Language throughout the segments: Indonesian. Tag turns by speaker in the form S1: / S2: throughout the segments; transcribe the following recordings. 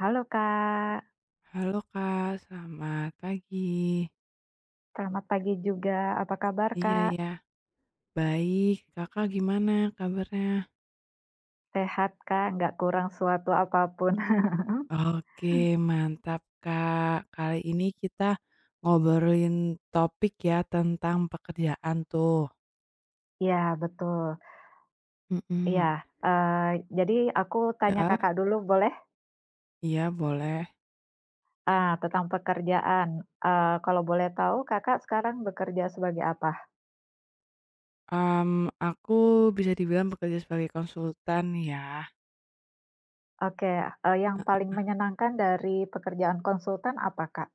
S1: Halo Kak,
S2: Halo Kak, selamat pagi.
S1: selamat pagi juga. Apa kabar
S2: Iya
S1: Kak?
S2: ya, baik. Kakak gimana kabarnya?
S1: Sehat Kak? Nggak kurang suatu apapun?
S2: Oke, mantap Kak. Kali ini kita ngobrolin topik ya tentang pekerjaan tuh.
S1: Ya betul.
S2: Mhm.
S1: Ya, jadi aku tanya
S2: Ya,
S1: Kakak dulu boleh?
S2: iya boleh.
S1: Ah, tentang pekerjaan. Kalau boleh tahu Kakak sekarang bekerja sebagai apa?
S2: Aku bisa dibilang bekerja sebagai konsultan ya.
S1: Oke, yang paling menyenangkan dari pekerjaan konsultan apa Kak?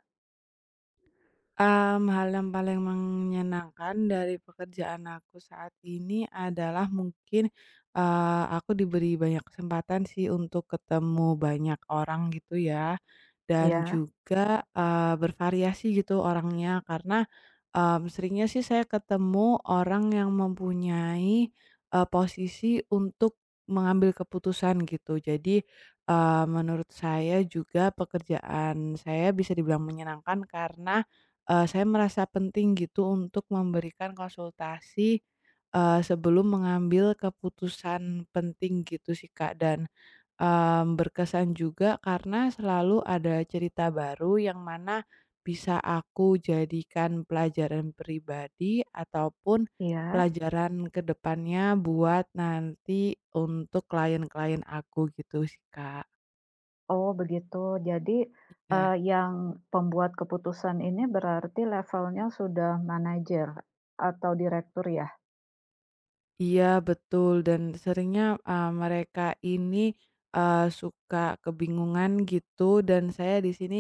S2: Hal yang paling menyenangkan dari pekerjaan aku saat ini adalah mungkin, aku diberi banyak kesempatan sih untuk ketemu banyak orang gitu ya, dan
S1: Ya,
S2: juga, bervariasi gitu orangnya karena, seringnya sih saya ketemu orang yang mempunyai, posisi untuk mengambil keputusan gitu. Jadi, menurut saya juga pekerjaan saya bisa dibilang menyenangkan karena, saya merasa penting gitu untuk memberikan konsultasi, sebelum mengambil keputusan penting gitu sih, Kak, dan, berkesan juga karena selalu ada cerita baru yang mana bisa aku jadikan pelajaran pribadi ataupun
S1: iya.
S2: pelajaran ke depannya buat nanti untuk klien-klien aku gitu sih, Kak.
S1: Oh begitu. Jadi,
S2: Iya.
S1: yang pembuat keputusan ini berarti levelnya sudah manajer atau direktur ya?
S2: Iya betul dan seringnya, mereka ini, suka kebingungan gitu dan saya di sini,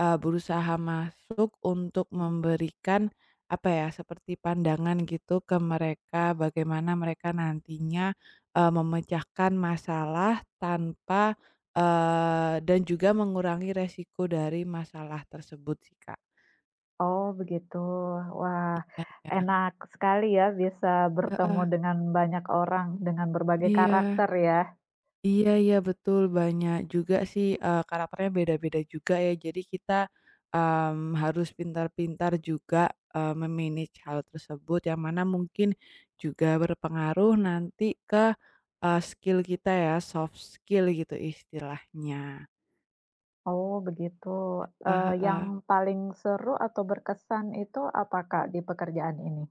S2: berusaha masuk untuk memberikan, apa ya, seperti pandangan gitu ke mereka bagaimana mereka nantinya, memecahkan masalah tanpa, dan juga mengurangi resiko dari masalah tersebut sih, Kak.
S1: Oh begitu. Wah,
S2: Iya iya.
S1: enak sekali ya bisa bertemu
S2: Heeh,
S1: dengan banyak orang dengan berbagai
S2: iya.
S1: karakter ya.
S2: Iya iya betul, banyak juga sih, karakternya beda-beda juga ya. Jadi kita, harus pintar-pintar juga, eee, me hal tersebut yang mana mungkin juga berpengaruh nanti ke, skill kita ya, soft skill gitu istilahnya.
S1: Oh begitu.
S2: Eee,
S1: Yang
S2: heeh.
S1: paling seru atau berkesan itu apa, Kak, di pekerjaan ini?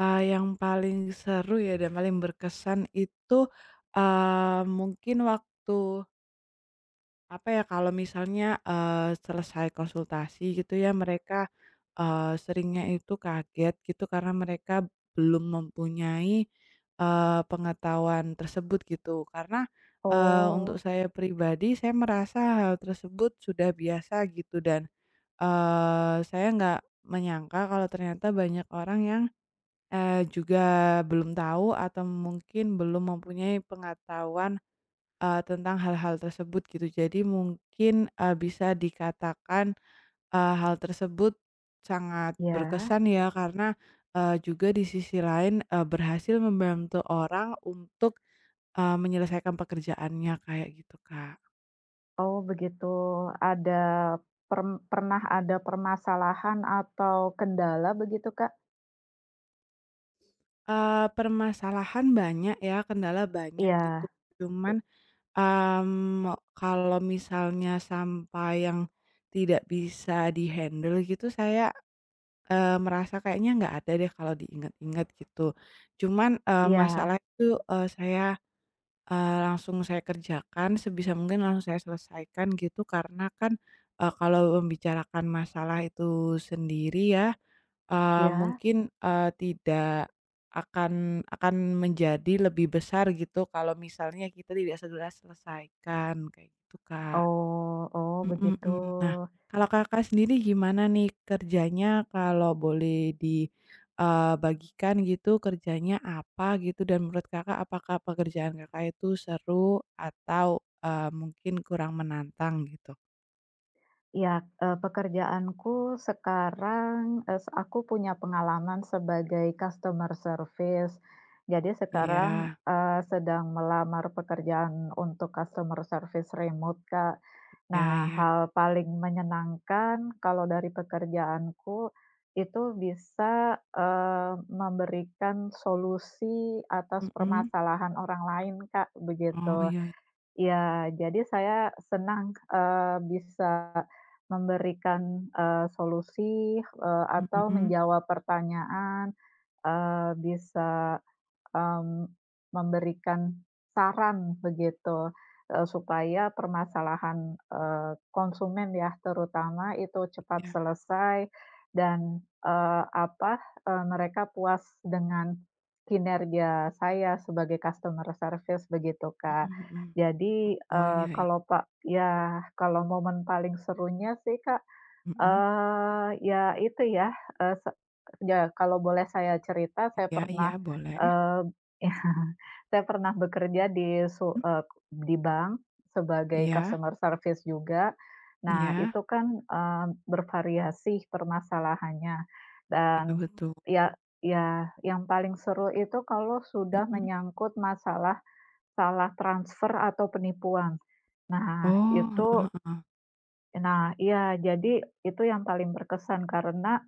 S2: Yang paling seru ya dan paling berkesan itu, mungkin waktu apa ya, kalau misalnya, selesai konsultasi gitu ya, mereka, seringnya itu kaget gitu karena mereka belum mempunyai, pengetahuan tersebut gitu. Karena, untuk
S1: Oh,
S2: saya pribadi, saya merasa hal tersebut sudah biasa gitu dan, saya nggak menyangka kalau ternyata banyak orang yang, juga belum tahu atau mungkin belum mempunyai pengetahuan tentang hal-hal tersebut gitu. Jadi mungkin, bisa dikatakan, hal tersebut sangat
S1: ya.
S2: berkesan ya karena, juga di sisi lain, berhasil membantu orang untuk, menyelesaikan pekerjaannya kayak gitu, Kak.
S1: Oh begitu, ada pernah ada permasalahan atau kendala begitu, Kak?
S2: Permasalahan banyak ya, kendala banyak gitu.
S1: Iya, i
S2: Cuman, kalau misalnya sampai yang tidak bisa dihandle gitu saya merasa kayaknya nggak ada deh kalau diingat-ingat gitu. Cuman, masalah
S1: iya
S2: itu, saya, langsung saya kerjakan sebisa mungkin langsung saya selesaikan gitu karena kan, kalau membicarakan masalah itu sendiri ya,
S1: iya.
S2: mungkin, tidak akan menjadi lebih besar gitu kalau misalnya kita tidak segera selesaikan, kayak gitu, Kak.
S1: Oh, oh
S2: Mhm
S1: begitu.
S2: mhm. Nah, kalau Kakak sendiri gimana nih kerjanya kalau boleh dibagikan gitu kerjanya apa gitu dan menurut Kakak apakah pekerjaan Kakak itu seru atau, mungkin kurang menantang gitu?
S1: Ya, pekerjaanku sekarang, aku punya pengalaman sebagai customer service. Jadi sekarang,
S2: Iya,
S1: sedang melamar pekerjaan untuk customer service remote, Kak.
S2: iya
S1: Nah,
S2: iya,
S1: hal paling menyenangkan kalau dari pekerjaanku itu bisa, memberikan solusi atas
S2: mhm.
S1: permasalahan orang lain, Kak,
S2: Oh
S1: begitu.
S2: iya,
S1: Ya, jadi saya senang, bisa memberikan, solusi, atau
S2: mhm,
S1: menjawab pertanyaan, bisa mmm, memberikan saran begitu, supaya permasalahan, konsumen ya terutama itu cepat
S2: iya,
S1: selesai dan, apa, mereka puas dengan kinerja saya sebagai customer service begitu, Kak.
S2: mhm mhm.
S1: Jadi,
S2: Oh
S1: eee,
S2: iya,
S1: kalau pak ya kalau momen paling serunya sih, Kak.
S2: mhm.
S1: Ya itu ya, eee, se ya kalau boleh saya cerita saya
S2: Iya
S1: pernah,
S2: iya boleh,
S1: eee, saya pernah bekerja
S2: mhm.
S1: di bank sebagai
S2: Iya
S1: customer service juga. Nah
S2: iya,
S1: itu kan, bervariasi permasalahannya
S2: iya
S1: dan
S2: betul,
S1: ya ya yang paling seru itu kalau sudah
S2: mhm.
S1: menyangkut masalah salah transfer atau penipuan. Nah
S2: Oh, heeh
S1: itu
S2: heeh,
S1: Nah, iya, jadi itu yang paling berkesan karena,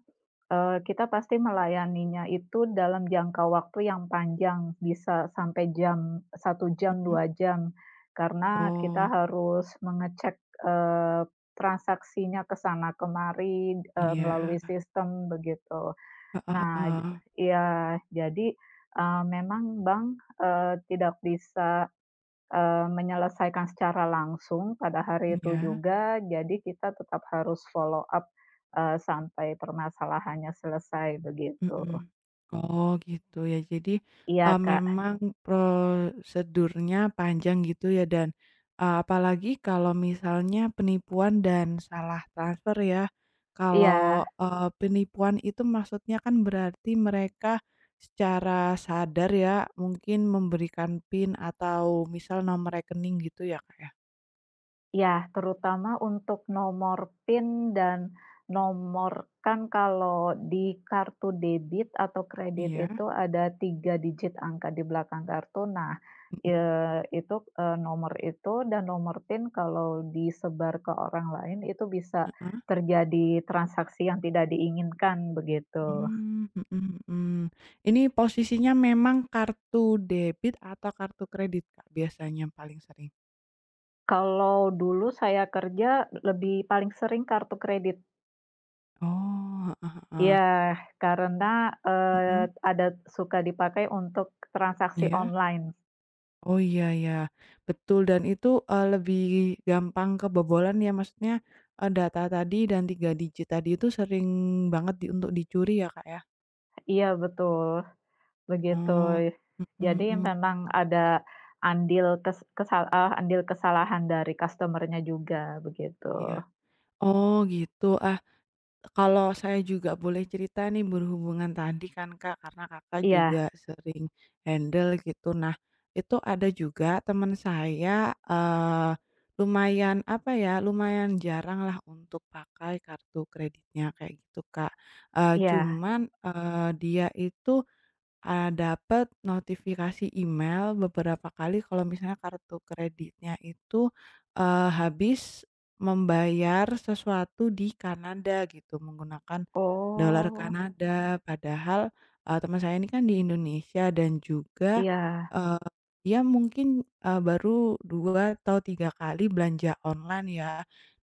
S1: kita pasti melayaninya itu dalam jangka waktu yang panjang, bisa sampai jam 1 jam,
S2: mhm.
S1: 2 jam, karena kita
S2: Oh.
S1: harus mengecek, transaksinya ke sana kemari,
S2: Iya,
S1: melalui sistem begitu.
S2: heeh
S1: Nah,
S2: heeh,
S1: iya, jadi, memang Bang, tidak bisa menyelesaikan secara langsung pada hari itu
S2: iya,
S1: juga, jadi kita tetap harus follow up, sampai permasalahannya selesai begitu.
S2: mhm. Oh gitu ya jadi,
S1: Iya, Kak.
S2: memang prosedurnya panjang gitu ya dan, apalagi kalau misalnya penipuan dan salah transfer ya, kalau,
S1: Iya.
S2: penipuan itu maksudnya kan berarti mereka secara sadar ya mungkin memberikan PIN atau misal nomor rekening gitu ya, Kak, ya?
S1: Ya, terutama untuk nomor PIN dan nomor kan kalau di kartu debit atau kredit
S2: Iya,
S1: itu ada 3 digit angka di belakang kartu. Nah,
S2: mhm,
S1: itu, nomor itu dan nomor PIN kalau disebar ke orang lain itu bisa
S2: heeh.
S1: terjadi transaksi yang tidak diinginkan begitu.
S2: Mhm mhm. Ini posisinya memang kartu debit atau kartu kredit, Kak, biasanya yang paling sering?
S1: Kalau dulu saya kerja lebih paling sering kartu kredit.
S2: Oh, heeh heeh.
S1: Iya, karena,
S2: Mhm,
S1: ada suka dipakai untuk transaksi
S2: iya.
S1: online.
S2: Oh, iya iya, betul dan itu, lebih gampang kebobolan ya maksudnya, data tadi dan 3 digit tadi itu sering banget untuk dicuri ya, Kak, ya?
S1: Iya betul, begitu.
S2: Oh, mhm
S1: Jadi
S2: mhm,
S1: memang ada andil kesalahan dari customer-nya juga, begitu.
S2: iya. Oh, gitu. Ah, kalau saya juga boleh cerita nih berhubungan tadi kan Kak, karena Kakak juga
S1: Iya
S2: sering handle gitu. Nah, itu ada juga teman saya, lumayan apa ya, lumayan jarang lah untuk pakai kartu kreditnya kayak gitu, Kak,
S1: iya.
S2: cuman, dia itu dapet notifikasi email beberapa kali kalau misalnya kartu kreditnya itu, habis membayar sesuatu di Kanada gitu menggunakan dolar
S1: Oh,
S2: Kanada. Padahal, teman saya ini kan di Indonesia dan juga,
S1: iya
S2: eee, dia mungkin, baru 2 atau 3 kali belanja online ya.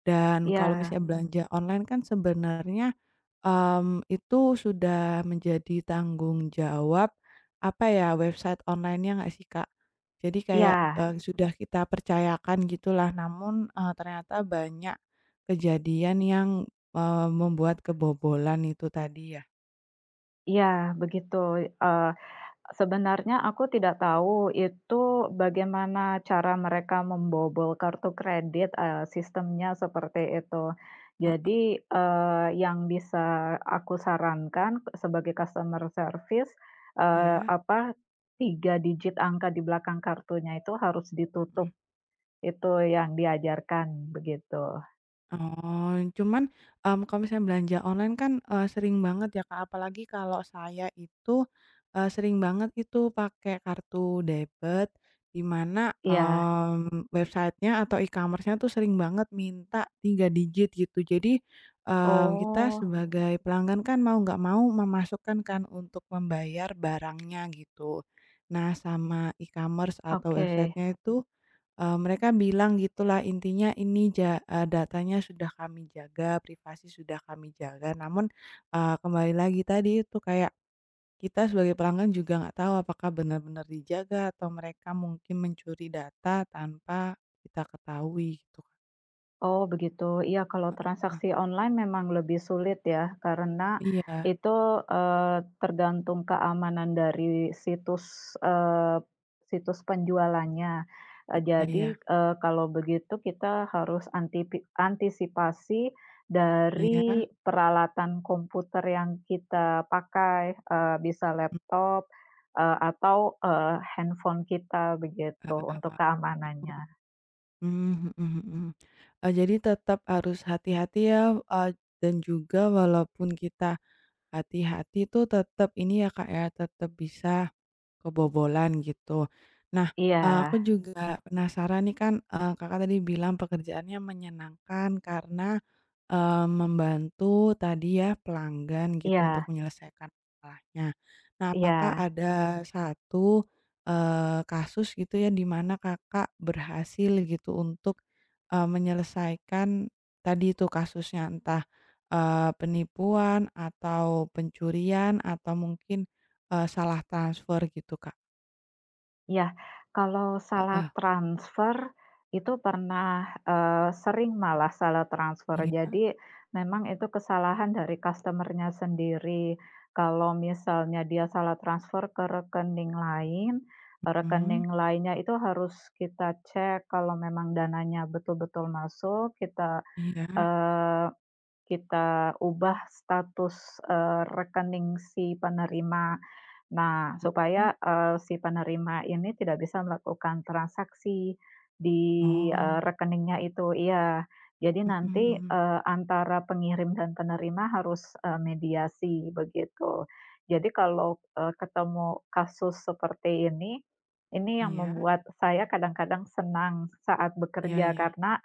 S2: Dan kalau
S1: iya
S2: misalnya belanja online kan sebenarnya itu sudah menjadi tanggung jawab, apa ya, website online-nya nggak sih, Kak? Jadi kayak,
S1: iya
S2: sudah kita percayakan gitulah, namun, ternyata banyak kejadian yang, membuat kebobolan itu tadi ya,
S1: iya, begitu. eee Sebenarnya aku tidak tahu itu bagaimana cara mereka membobol kartu kredit, sistemnya seperti itu.
S2: he
S1: Jadi, yang bisa aku sarankan sebagai customer service,
S2: iya,
S1: apa, 3 digit angka di belakang kartunya itu harus ditutup,
S2: mhm.
S1: itu yang diajarkan begitu.
S2: Oh, cuman, kalau misalnya belanja online kan, sering banget ya, Kak, apalagi kalau saya itu, sering banget itu pakai kartu debit, di mana,
S1: Iya.
S2: websitenya atau e-commerce-nya tuh sering banget minta 3 digit gitu. Jadi, kita
S1: Oh,
S2: sebagai pelanggan kan mau nggak mau memasukkan kan untuk membayar barangnya gitu. Nah, sama e-commerce atau
S1: oke.
S2: websitenya itu mereka bilang gitulah intinya ini datanya sudah kami jaga, privasi sudah kami jaga, namun, kembali lagi tadi itu kayak kita sebagai pelanggan juga nggak tahu apakah benar-benar dijaga atau mereka mungkin mencuri data tanpa kita ketahui gitu, Kak.
S1: Oh begitu. Iya kalau transaksi online memang lebih sulit ya, karena
S2: Iya,
S1: itu, tergantung keamanan dari situs penjualannya.
S2: iya
S1: Jadi,
S2: iya
S1: kalau begitu kita harus antisipasi
S2: iya,
S1: dari peralatan komputer yang kita pakai, bisa
S2: mmm,
S1: laptop, atau, handphone kita begitu untuk keamanannya.
S2: Mhm mhm. Jadi tetap harus hati-hati ya, eee, dan juga walaupun kita hati-hati tuh tetap ini ya, Kak, ya, tetap bisa kebobolan gitu. Nah,
S1: Iya
S2: aku juga penasaran nih kan, Kakak tadi bilang pekerjaannya menyenangkan karena membantu tadi ya pelanggan gitu untuk
S1: iya
S2: menyelesaikan masalahnya. Nah, apakah
S1: iya.
S2: ada satu, kasus gitu ya di mana Kakak berhasil gitu untuk, menyelesaikan tadi itu kasusnya entah, penipuan atau pencurian atau mungkin, salah transfer gitu, Kak?
S1: Ya, kalau salah
S2: Heeh.
S1: transfer itu pernah, sering malah salah transfer.
S2: Iya,
S1: Jadi memang itu kesalahan dari customernya sendiri. Kalau misalnya dia salah transfer ke rekening lain,
S2: mhm,
S1: rekening lainnya itu harus kita cek kalau memang dananya betul-betul masuk. kita,
S2: iya,
S1: eee, kita ubah status, rekening si penerima. Nah,
S2: mhm,
S1: supaya, si penerima ini tidak bisa melakukan transaksi di,
S2: oh,
S1: rekeningnya itu iya. Jadi
S2: mhm
S1: nanti,
S2: mhm,
S1: antara pengirim dan penerima harus, mediasi, begitu. Jadi kalau, ketemu kasus seperti ini yang
S2: iya,
S1: membuat saya kadang-kadang senang saat
S2: iya
S1: bekerja
S2: iya,
S1: karena,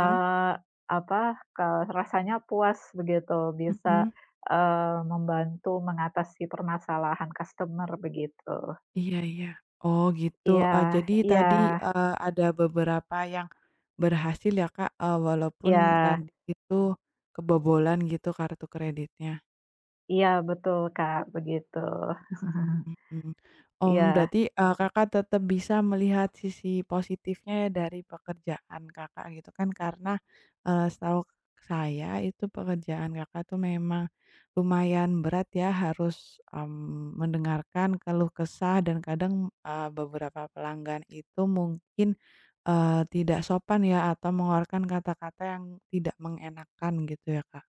S2: heeh,
S1: apa, ke rasanya puas begitu bisa
S2: mhm.
S1: Membantu mengatasi permasalahan customer begitu.
S2: Iya iya. Oh gitu,
S1: Iya
S2: jadi, mhm,
S1: iya
S2: tadi, ada beberapa yang berhasil ya, Kak, walaupun
S1: iya
S2: tadi itu kebobolan gitu kartu kreditnya?
S1: iya betul, Kak, begitu.
S2: Mhm. Mmm,
S1: Iya
S2: berarti, Kakak tetap bisa melihat sisi positifnya ya dari pekerjaan Kakak gitu kan karena, setahu saya itu pekerjaan Kakak tuh memang lumayan berat ya harus, mendengarkan keluh kesah dan kadang, beberapa pelanggan itu mungkin, tidak sopan ya atau mengeluarkan kata-kata yang tidak mengenakan gitu ya, Kak?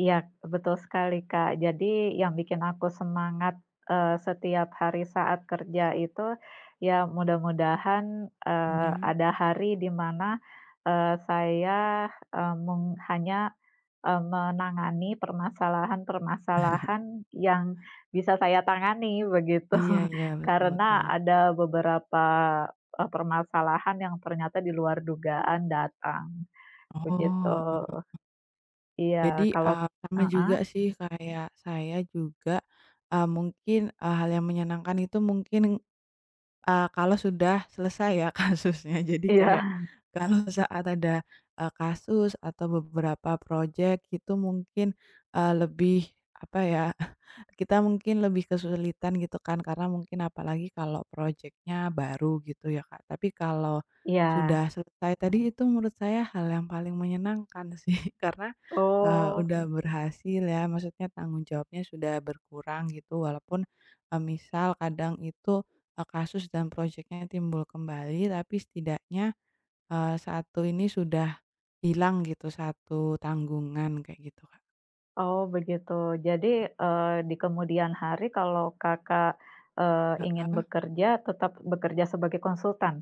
S1: iya, betul sekali, Kak. Jadi yang bikin aku semangat, setiap hari saat kerja itu ya mudah-mudahan,
S2: Iya.
S1: ada hari di mana, saya, eee, meng hanya menangani permasalahan-permasalahan yang bisa saya tangani begitu.
S2: Iya iya, betul betul.
S1: Karena ada beberapa, permasalahan yang ternyata di luar dugaan datang, begitu.
S2: Oh.
S1: Iya,
S2: Jadi,
S1: kalau
S2: sama
S1: heeh,
S2: juga sih kayak saya juga, mungkin, hal yang menyenangkan itu mungkin kalau sudah selesai ya kasusnya. Jadi
S1: iya
S2: kayak kalau saat ada, kasus atau beberapa project itu mungkin, lebih apa ya, kita mungkin lebih kesulitan gitu kan karena mungkin apalagi kalau project-nya baru gitu ya, Kak. Tapi kalau
S1: iya.
S2: sudah selesai tadi itu menurut saya hal yang paling menyenangkan sih karena,
S1: Oh,
S2: udah berhasil ya maksudnya tanggung jawabnya sudah berkurang gitu walaupun, misal kadang itu kasus dan proyeknya timbul kembali, tapi setidaknya, satu ini sudah hilang gitu, satu tanggungan kayak gitu, Kak.
S1: oh begitu. Jadi, di kemudian hari kalau Kakak, ingin
S2: Heeh.
S1: bekerja, tetap bekerja sebagai konsultan?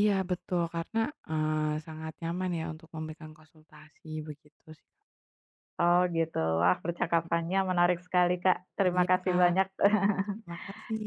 S2: Iya betul, karena, sangat nyaman ya untuk memberikan konsultasi begitu sih, Kak.
S1: Oh gitu. Wah
S2: Mhm.
S1: percakapannya menarik sekali Kak. Terima
S2: Iya,
S1: kasih
S2: Kak,
S1: banyak.
S2: terima kasih.